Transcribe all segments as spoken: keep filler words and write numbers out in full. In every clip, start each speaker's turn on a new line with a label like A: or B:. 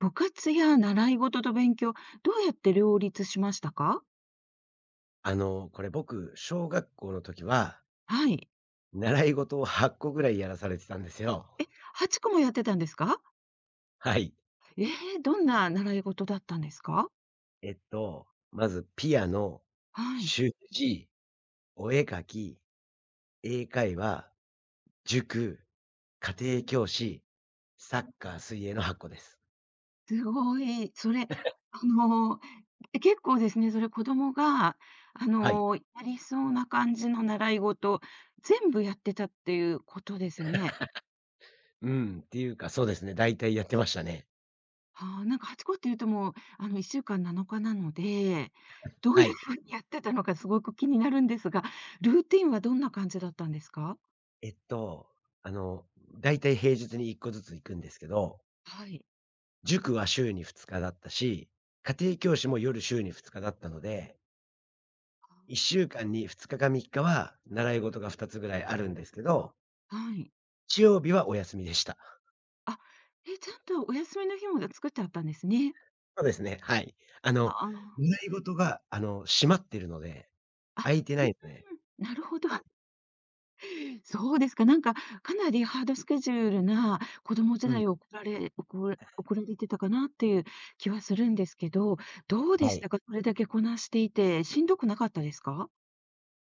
A: 部活や習い事と勉強、どうやって両立しましたか？
B: あの、これ僕、小学校の時は、
A: はい。
B: 習い事をはちこぐらいやらされてたんですよ。
A: え、はちこもやってたんですか？
B: はい。
A: ええ、どんな習い事だったんですか？
B: えっと、まずピアノ、
A: はい。
B: 習字、お絵描き、英会話、塾、家庭教師、サッカー、水泳のはちこです。
A: すごい。それ、あの、結構ですね、それ子供が、あ
B: はい。
A: の、やりそうな感じの習い事、全部やってたっていうことですよね。
B: うん、っていうか、そうですね、大体やってましたね。
A: ああ、なんかはちこっていうともう、あの、いっしゅうかんなのかなのかなので、どう
B: は
A: いう
B: い。
A: ふうにやってたのかすごく気になるんですが、ルーティンはどんな感じだったんですか？
B: えっと、あの、大体平日にいっこずつ行くんですけど、
A: はい。
B: 塾は週にふつかだったし、家庭教師も夜週にふつかだったので、いっしゅうかんにふつかかみっかは習い事がふたつぐらいあるんですけど、
A: あ、はい。
B: 日曜日はお休みでした。
A: あ、え、ちゃんとお休みの日も作ってあったんですね。
B: そうですね、はい。あ
A: あ、
B: の、
A: あの
B: 習い事が、あの、閉まってるので、
A: あ、
B: 空いてな
A: ん、
B: いですね。
A: なるほど。
B: はい。
A: そうですか。なんか、かなりハードスケジュールな子供時
B: うん、
A: 代を送られ送ら送られてたかなっていう気はするんですけど、どうで
B: は
A: し
B: い。
A: たか？それだけこなしていて、しんどくなかったですか？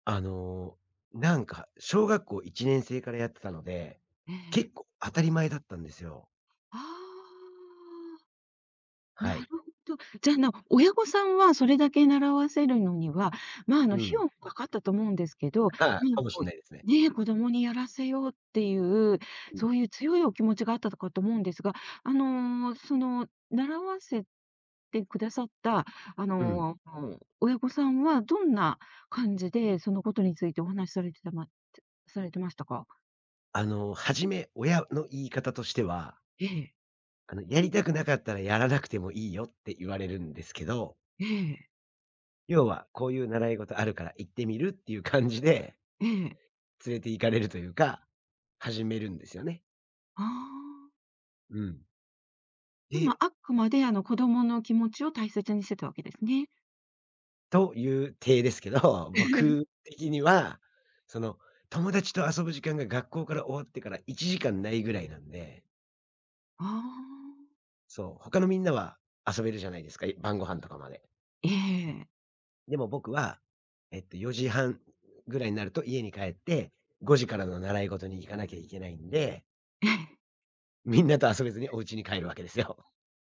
B: あの、なんか、小学校いちねん生からやってたので、
A: ええ。
B: 結構当たり前だったんですよ。
A: ああ。
B: は
A: な
B: い。
A: るほど。じゃあ、な親御さんはそれだけ習わせるのには、まあ、あの、
B: う
A: 費
B: ん。
A: 用もかかったと思うんですけど、
B: ああ、
A: な
B: か
A: ん
B: も
A: か
B: しん
A: こ
B: ないですね。
A: う、ね、子供にやらせようっていう、
B: うん。
A: そういう強いお気持ちがあったとかと思うんですが、あの、その、習わせてくださった、あ
B: うん。
A: の、親御さんはどんな感じで、そのことについてお話しされてたまされてましたか？
B: あの、初め親の言い方としては、
A: ええ、
B: あの、やりたくなかったらやらなくてもいいよって言われるんですけど、
A: ええ、
B: 要は、こういう習い事あるから行ってみるっていう感じで、
A: ええ。
B: 連れて行かれるというか、始めるんですよね。
A: ああ。
B: うん。
A: でも、
B: で、
A: あくまで、あの、子供の気持ちを大切にしてたわけですね。
B: という体ですけど、僕 的には、その、友達と遊ぶ時間が学校から終わってからいちじかんないぐらいなんで、
A: ああ、
B: そう、他のみんなは遊べるじゃないですか、晩ご飯とかまで。
A: ええ。
B: でも僕は、えっと、よじはんぐらいになると家に帰って、ごじからの習い事に行かなきゃいけないんで、みんなと遊べずにお家に帰るわけですよ。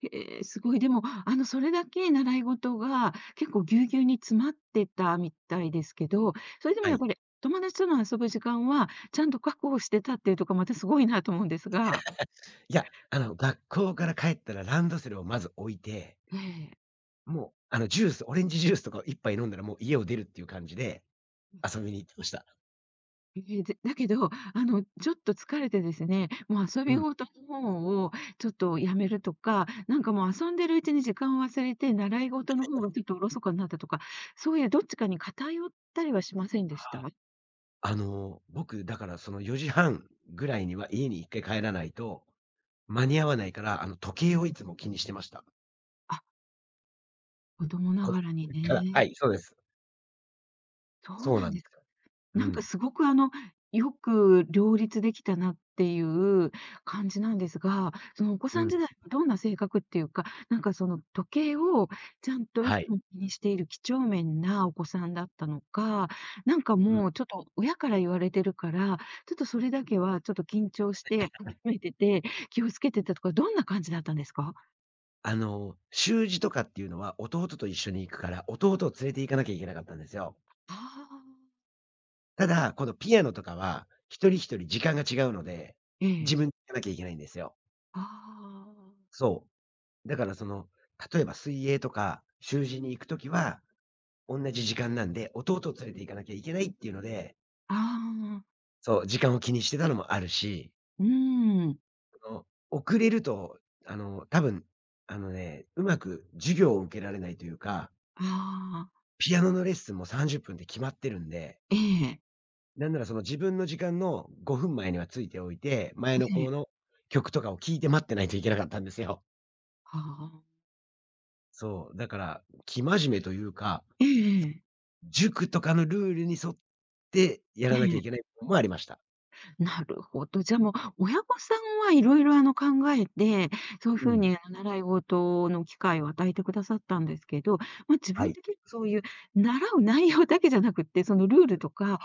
A: ええ、ええすごい。でも、あの、それだけ習い事が結構ぎゅうぎゅうに詰まってたみたいですけど、それでも
B: は
A: やっ
B: い。
A: ぱり友達との遊ぶ時間はちゃんと確保してたっていうとこ、またすごいなと思うんですが。
B: いや、あの、学校から帰ったらランドセルをまず置いて、
A: ええ。
B: もう、あの、ジュース、オレンジジュースとかを一杯飲んだらもう家を出るっていう感じで遊びに行ってました。
A: ええ、でだけど、あの、ちょっと疲れてですね、もう遊び
B: うん。
A: 事の方をちょっとやめるとか、なんかもう遊んでるうちに時間を忘れて、習い事の方がちょっとおろそかになったとか、そういうどっちかに偏ったりはしませんでした？
B: あの、僕だからそのよじはんぐらいには家に一回帰らないと間に合わないから、あの、時計をいつも気にしてました。
A: あ、子供な
B: 子供
A: がらに
B: の時から。は
A: ね。
B: い、そうです。
A: そう
B: そう
A: な
B: な
A: ん
B: ん
A: で
B: で
A: す
B: す
A: か。
B: よ。う
A: なんか
B: ん。
A: すごくあの、よく両立できたなっていう感じなんですが、そのお子
B: う
A: さん
B: ん。
A: 時代はどんな性格っていうか、なんかその時計をちゃんとい
B: は
A: つ
B: い。
A: も気にしている几帳面なお子さんだったのか、なんか
B: うん。
A: もうちょっと親から言われてるから、ちょっとそれだけはちょっと緊張して、張めてて、気をつけてたとか、どんな感じだったんですか？
B: あの、習字とかっていうのは弟と一緒に行くから、弟を連れて行かなきゃいけなかったんですよ。
A: ああー、
B: ただ、このピアノとかは、一人一人時間が違うので、
A: え
B: 自
A: え、
B: 分で弾かなきゃいけないんですよ。
A: あ
B: そう。だからその、例えば水泳とか、習字に行くときは、同じ時間なんで、弟を連れて行かなきゃいけないっていうので、
A: あ、ああ、
B: そう、時間を気にしてたのもあるし、
A: うーん、
B: その、遅れると、あの、多分、あのね、うまく授業を受けられないというか、
A: ああ、
B: ピアノのレッスンもさんじゅっぷんっぷんって決まってるんで、
A: ええ、
B: なんならその自分の時間のごふんまえにはついておいて、前
A: え
B: の子
A: え。
B: の曲とかを聴いて待ってないといけなかったんですよ。
A: はあ。
B: そう、だから、生真面目というか、
A: ええええ。
B: 塾とかのルールに沿ってやらなきゃいけないのもありました。
A: なるほど。じゃあ、もう親御さんはいろいろ、あの、考えて、そういう
B: う
A: ふう
B: ん。
A: に、あの、習い事の機会を与えてくださったんですけど、まあ、自
B: は
A: 分
B: い。
A: 的に構そういう習う内容だけじゃなくって、そのルールとか、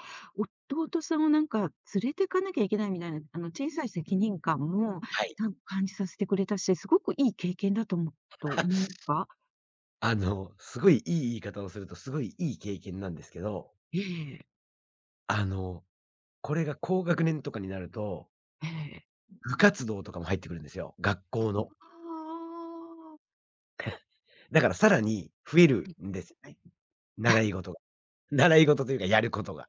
A: 弟さんをなんか連れていかなきゃいけないみたいな、あの、小さい責任感も
B: はい。
A: ちゃんと感じさせてくれたし、すごくいい経験だと思うと思うか？
B: あの、すごいいい言い方をすると、すごいいい経験なんですけど、
A: ええ。
B: あの、これが高学年とかになると、
A: ええ。
B: 部活動とかも入ってくるんですよ、学校の。
A: ああ。
B: だからさらに増えるんですよね、習い事が。習い事というかやることが。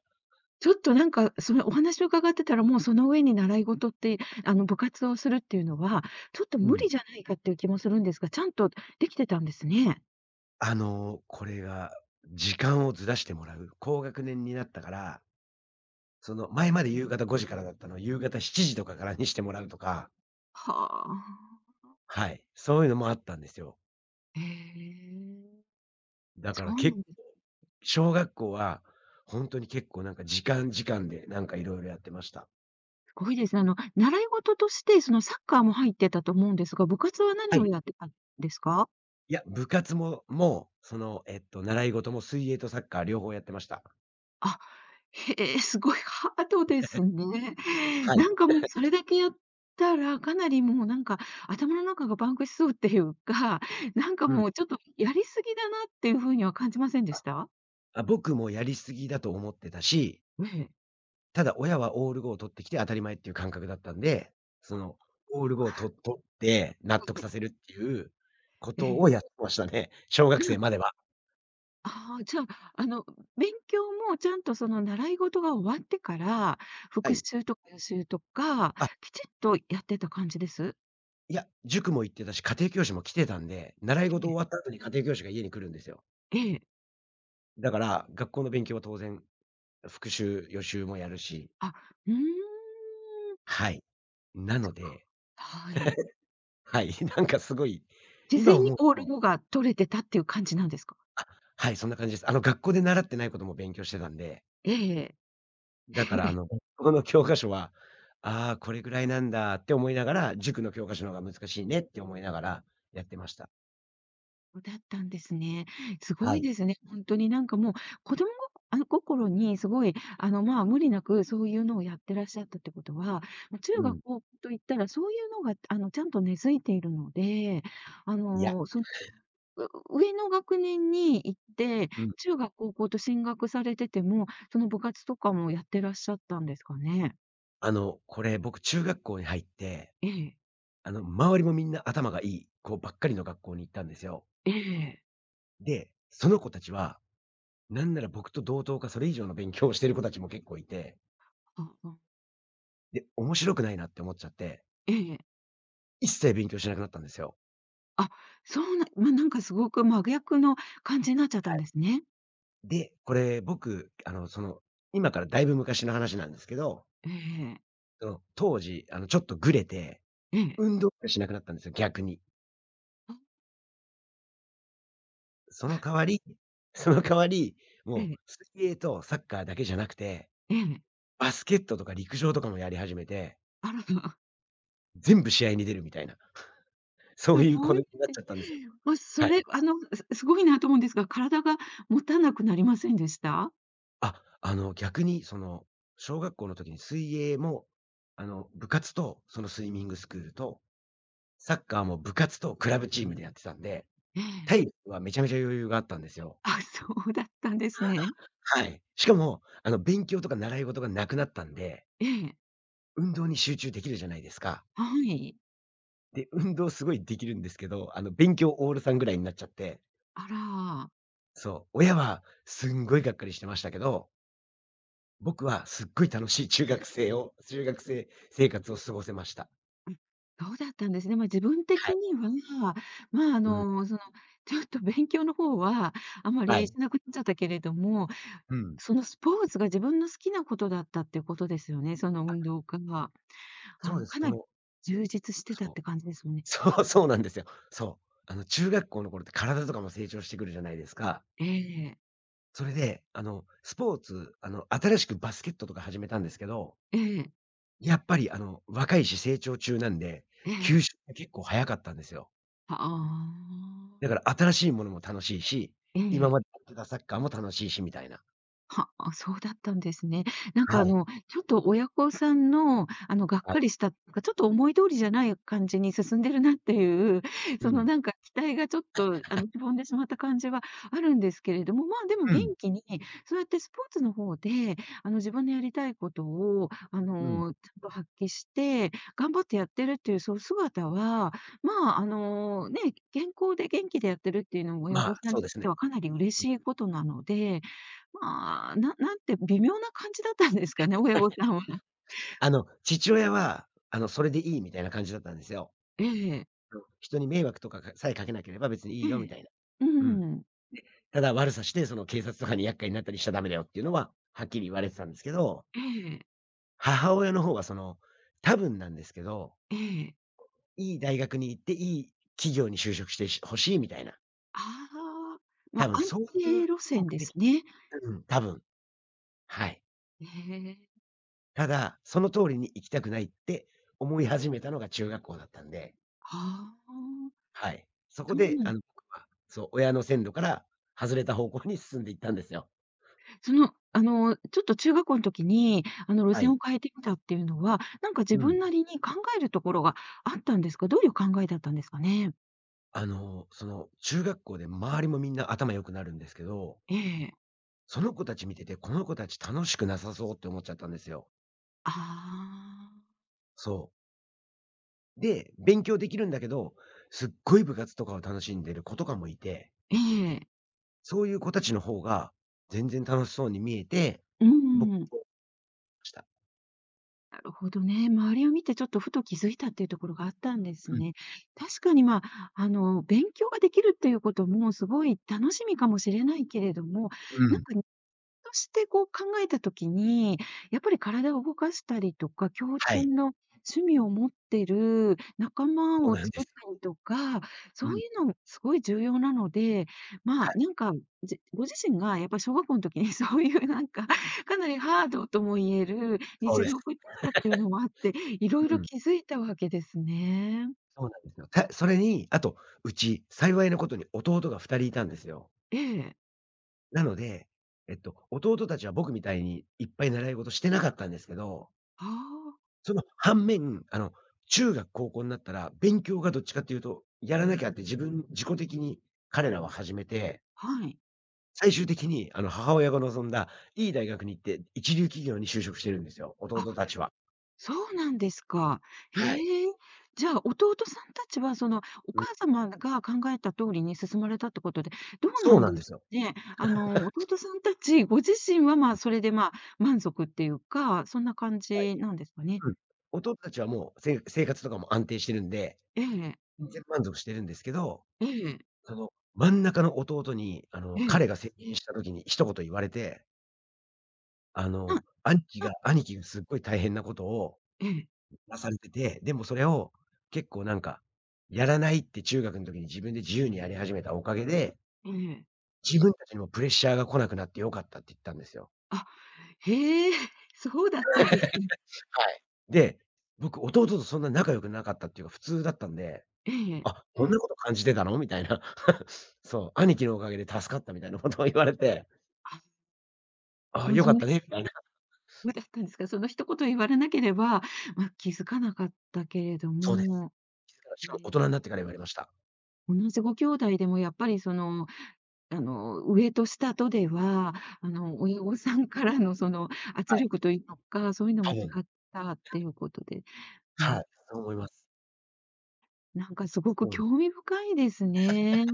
A: ちょっとなんか、それお話を伺ってたら、もうその上に習い事って、あの、部活をするっていうのは、ちょっと
B: う
A: 無理
B: ん。
A: じゃないかっていう気もするんですが、ちゃんとできてたんですね。
B: あの、これが、時間をずらしてもらう。高学年になったから、その、前まで夕方ごじからだったのを、夕方しちじとかからにしてもらうとか、
A: はあ。
B: はい、そういうのもあったんですよ。
A: へえ。
B: だか
A: そ
B: ら
A: う
B: け
A: な
B: っ
A: んです。
B: 小学校は、ほんとに結構なんか時間時間で、なんか色々やってました。
A: すごいですね。あの、習い事として、そのサッカーも入ってたと思うんですが、部活は
B: は
A: 何を
B: い。
A: やってたんですか？
B: いや、部活も、もう、その、えっと、習い事も水泳とサッカー両方やってました。
A: あ。へえ、すごいハードですね。
B: はい。
A: なんかもうそれだけやったら、かなりもうなんか頭の中がパンクしそうっていうか、なんか
B: うん。
A: もうちょっとやりすぎだなっていう風には感じませんでした？
B: あ、僕もやりすぎだと思ってたし、
A: ええ。
B: ただ、親はオールごを取ってきて当たり前っていう感覚だったんで、そ
A: あ、
B: の、オール5をと取って納得させるっていうこ
A: ええ、
B: と
A: え
B: をや
A: え。
B: ってましたね。小学
A: じゃ
B: 生
A: あ、
B: までは。
A: ああ、じゃあ、あの、勉強もちゃんとその習い事が終わってから、
B: は
A: 復
B: い。
A: 習とか予習とか、
B: あ、
A: きちっとやってた感じです？
B: いや、塾も行ってたし、家庭教師も来てたんで、習い
A: え
B: 事終わっ
A: え。
B: た後に家庭教師が家に来るんですよ。
A: ええ。
B: だから、学校の勉強は当然、復習、予習もやるし、
A: あ、うーん、
B: はい。なの
A: そっか。
B: で、
A: はい。
B: はい、なんかすごい、
A: 事
B: 今
A: 前に
B: 思う
A: オールご
B: と、
A: が取れてたっていう感じなんですか？
B: あ、はい、そんな感じです。あの、学校で習ってないことも勉強してたんで、
A: ええええ。
B: だからあの、学校の教科書は、ああ、これぐらいなんだって思いながら、塾の教科書の方が難しいねって思いながらやってました。
A: そうだったんですね。すご
B: は
A: い
B: い。
A: ですね。ほんとになんかもう、子供ごあの、心にすごい、あの、まあ、無理なくそういうのをやってらっしゃったってことは、ま、中
B: う
A: 学
B: ん。
A: 高校といったらそういうのが、あの、ちゃんと根付いているので、あ
B: いや、
A: の、その、う上の学年に行って、
B: うん。
A: 中学高校と進学されてても、その部活とかもやってらっしゃったんですかね？
B: あの、これ僕中学校に入って、
A: ええ。
B: あの、周りもみんな頭がいい子ばっかりの学校に行ったんですよ。
A: ええ。
B: で、その子たちは、なんなら僕と同等かそれ以上の勉強をしてる子たちも結構いて、
A: ああ。
B: で、面白くないなって思っちゃって、
A: ええ。
B: 一切勉強しなくなったんですよ。
A: あ、そうなまあ、なんかすごく真逆の感じになっちゃっ
B: は
A: たん
B: い。
A: ですね。
B: で、これ僕、あの、その、今からだいぶ昔の話なんですけど、
A: ええええ。
B: その、当時、あの、ちょっとぐれて、
A: ええ。
B: 運動しなくなったんですよ、逆に。
A: あ、
B: その代わり その代わり、
A: え
B: も
A: え、
B: う水泳とサッカーだけじゃなくて、
A: ええ。
B: バスケットとか陸上とかもやり始めて、
A: あら
B: 全部試合に出るみたいな、そう
A: す
B: いう子
A: ご
B: に
A: い
B: なっ
A: で
B: ちゃったんですよ。
A: もうそ
B: はい。
A: れ、あの、すすごいなと思うんですが、体が持たなくなりませんでした？
B: あ、あの、逆にその、小学校の時に水泳も、あの、部活とそのスイミングスクールと、サッカーも部活とクラブチームでやってたんで、
A: ええ。
B: 体力はめちゃめちゃ余裕があったんですよ。
A: あ、そうだったんですね。
B: はい。しかも、あの、勉強とか習い事がなくなったんで、
A: ええ、
B: 運動に集中できるじゃないですか。
A: はい。
B: で、運動すごいできるんですけど、あの、勉強オールさんぐらいになっちゃって、
A: あら、
B: そう、親はすんごいがっかりしてましたけど、僕はすっごい楽しい中学生を中学生生活を過ごせました。
A: うそうだったんですね。まあ、自分
B: は
A: 的
B: い。
A: には、まあ、あ
B: うん。
A: の、その、ちょっと勉強の方はあま
B: は
A: りし
B: い。
A: なくなっちゃったけれども、
B: うん。
A: そのスポーツが自分の好きなことだったっていうことですよね、その運動家があ
B: そう
A: の、
B: です。
A: か
B: そ
A: なり
B: の、
A: 充実してたっ
B: そう。
A: て感じですもんね。
B: そう、そうなんですよ。そう。あの、中学校の頃って体とかも成長してくるじゃないですか。
A: ええ、
B: それで、あの、スポーツ、あの、新しくバスケットとか始めたんですけど、
A: ええ、ええ、
B: やっぱり、あの、若いし成長中なんで、
A: え
B: 吸
A: え。
B: 収が結構早かったんですよ。
A: ああ。
B: だから新しいものも楽しいし、
A: え
B: 今
A: え。
B: までやってたサッカーも楽しいしみたいな。
A: はあ、そうだったんですね。なんかあ
B: はい。
A: の、ちょっと親御さんの、あの、がっ
B: は
A: か
B: い。
A: りしたか、ちょっと思い通りじゃない感じに進んでるなっていう、
B: う
A: その
B: ん。
A: なんか期待がちょっと、あの、しぼんでしまった感じはあるんですけれども、まあ、でも
B: う
A: 元
B: ん。
A: 気に、そうやってスポーツの方で、あの、自分のやりたいことを、あ
B: うん。
A: の、ちゃんと発揮して、頑張ってやってるっていうその姿は、まあ、あの、ね、健康で元気でやってるっていうのも親
B: まあ、
A: 御さん
B: そ
A: に
B: う
A: とっ
B: ですね。
A: てはかなり嬉
B: う
A: し
B: ん。
A: いことなので、まあ、ななんて微妙な感じだったんですかね、親御さんは。
B: あの、父親は、あの、それでいいみたいな感じだったんですよ。
A: ええ、
B: うん。人に迷惑とかかさえかけなければ別にいい
A: え
B: よみ
A: え、
B: たいな。
A: う
B: うん。
A: ん、
B: ただ悪さして、その警察とかに厄介になったりしちゃダメだよっていうのは、はっきり言われてたんですけど、
A: ええ、
B: 母親の方はその、多分なんですけど、
A: ええ。
B: いい大学に行って、いい企業に就職してし欲しいみたいな、
A: ああ、ま、
B: 多
A: あ
B: 分
A: 安
B: そうい
A: 定
B: う
A: 路線
B: 目
A: で
B: 的、
A: すね。
B: うん、多分、はい。
A: ええ、
B: ただ、その通りに行きたくないって思い始めたのが中学校だったんで、
A: はあ、
B: はい。そこ
A: そう
B: で、
A: な
B: あ
A: ん
B: の、僕は、そう、親の先度から外れた方向に進んでいったんですよ。
A: その、あの、ちょっと中学校の時に、あの、路
B: は
A: 線
B: い。
A: を変えてみたっていうのは、なんか自
B: うん。
A: 分なりに考えるところがあったんですか？どういう考えだったんですかね？
B: あの、その、中学校で周りもみんな頭良くなるんですけど、
A: ええ。
B: その子たち見てて、この子たち楽しくなさそうって思っちゃったんですよ。
A: ああ、
B: そう。で、勉強できるんだけど、すっごい部活とかを楽しんでる子とかもいて、
A: ええ、
B: そういう子たちの方が全然楽しそうに見えて、
A: う
B: 僕
A: ん。
B: そうした。
A: なるほどね。周りを見てちょっとふと気づいたっていうところがあったんです
B: うん、
A: ね。確かに、まあ、あの、勉強ができるっていうこともすごい楽しみかもしれないけれども、
B: う
A: なん
B: ん。
A: かとしてこう考えた時に、やっぱり体を動かしたりとか、共
B: は
A: 通
B: い、
A: の趣味を持ってる仲間
B: そう
A: を
B: なんで
A: 作
B: す
A: っ
B: よ。
A: たりとか、そ
B: う
A: う
B: ん、
A: いうのすごい重要なので、まあ、なんか、じご自身がやっぱり小学校の時に そういうなんか、かなりハードとも言える
B: そう
A: 日
B: で
A: 常を
B: す。
A: 送ってきたっていうのもあって、いろい
B: う
A: ろ
B: ん、
A: 気づいたわけですね。
B: そうなんですよ。たそれに、あと、うち、幸いなことに弟が二人いたんですよ。
A: ええ。
B: なので、えっと、弟たちは僕みたいにいっぱい習い事してなかったんですけど、
A: あ
B: その反面、あの、中学、高校になったら、勉強がどっちかっていうと、やらなきゃって自分自己的に彼らは始めて、
A: あ、はい。
B: 最終的に、あの、母親が望んだいい大学に行って、一流企業に就職してるんですよ、弟たちは。
A: そうなんですか。へ
B: はい。
A: え。じゃあ、弟さんたちは、その、お
B: うん、
A: 母様が考えた通りに進まれたってことで、どう
B: そ
A: な
B: う
A: ん
B: なん
A: で
B: で
A: すか
B: すよ。
A: ね。あの、弟さんたちご自身は、ま
B: う
A: あ、
B: ん。
A: それで、まあ、満足っていうか、そんな感
B: はい。
A: じなんですかね。
B: うん。弟たちはもう、せ生活とかも安定してるんで、
A: ええ、
B: 全然満足してるんですけど、
A: ええ、
B: その、真ん中の弟に、あの、
A: え
B: 彼
A: え。
B: が成人した時に一言言われて、あ
A: な
B: の、兄貴が
A: な
B: 兄貴がすっごい大変なことを
A: ええ、
B: なされてて、でもそれを結構なんか、やらないって中学の時に自分で自由にやり始めたおかげで、
A: ええ。
B: 自分たちにもプレッシャーが来なくなって良かったって言ったんですよ。
A: あ、へえ、そうだったんですね。
B: はい。で、僕、弟とそんな仲良くなかったっていうか、普通だったんで、
A: ええ。
B: 「あ、こんなこと感じてたの？」みたいな。そう、兄貴のおかげで助かったみたいなことを言われて、
A: あ、
B: 「ああ、
A: まあ、
B: 良か
A: そ
B: っ
A: の
B: たね」みたいな。
A: そうだったんですか。その一言言われなければ、まあ、気づかなかったけれど
B: そうです。
A: も。
B: し
A: え
B: かも大
A: え。
B: 人になってから言われました。
A: 同じご兄弟でもやっぱりその、あの、上と下とでは、あの、親御さんからのその圧
B: はい、
A: 力というのか、そういうのも
B: 多
A: 違
B: 分。
A: ったっていうことで、う
B: は
A: ん、
B: い、そう思います。
A: なんかすごく
B: そうで
A: 興
B: す。
A: 味深いですね。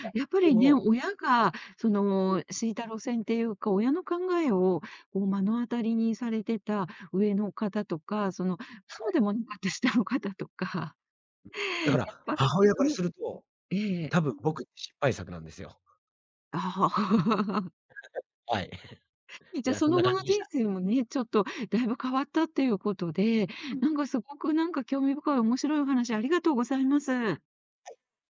B: いや、
A: やっぱ
B: で
A: りね、
B: も、
A: 親がその敷いた路線っていうか、親の考えをこう目の当たりにされてた上の方とか、その、そうでもなかった下の方とか、
B: だ
A: や
B: か
A: っ
B: ら
A: ぱり
B: 母
A: ね、
B: 親か
A: そ
B: ら
A: の
B: すると
A: ええ、
B: 多分僕って失敗作なんですよ。
A: ああ。
B: はい。
A: じ
B: い
A: ゃあ、
B: や、
A: そ
B: そん
A: の
B: な
A: 後
B: 感
A: の
B: じでし
A: 人
B: た。
A: 生もね、ちょっとだいぶ変わったっていうことで、なんかすごくなんか興味深い面白いお話ありがとうございます。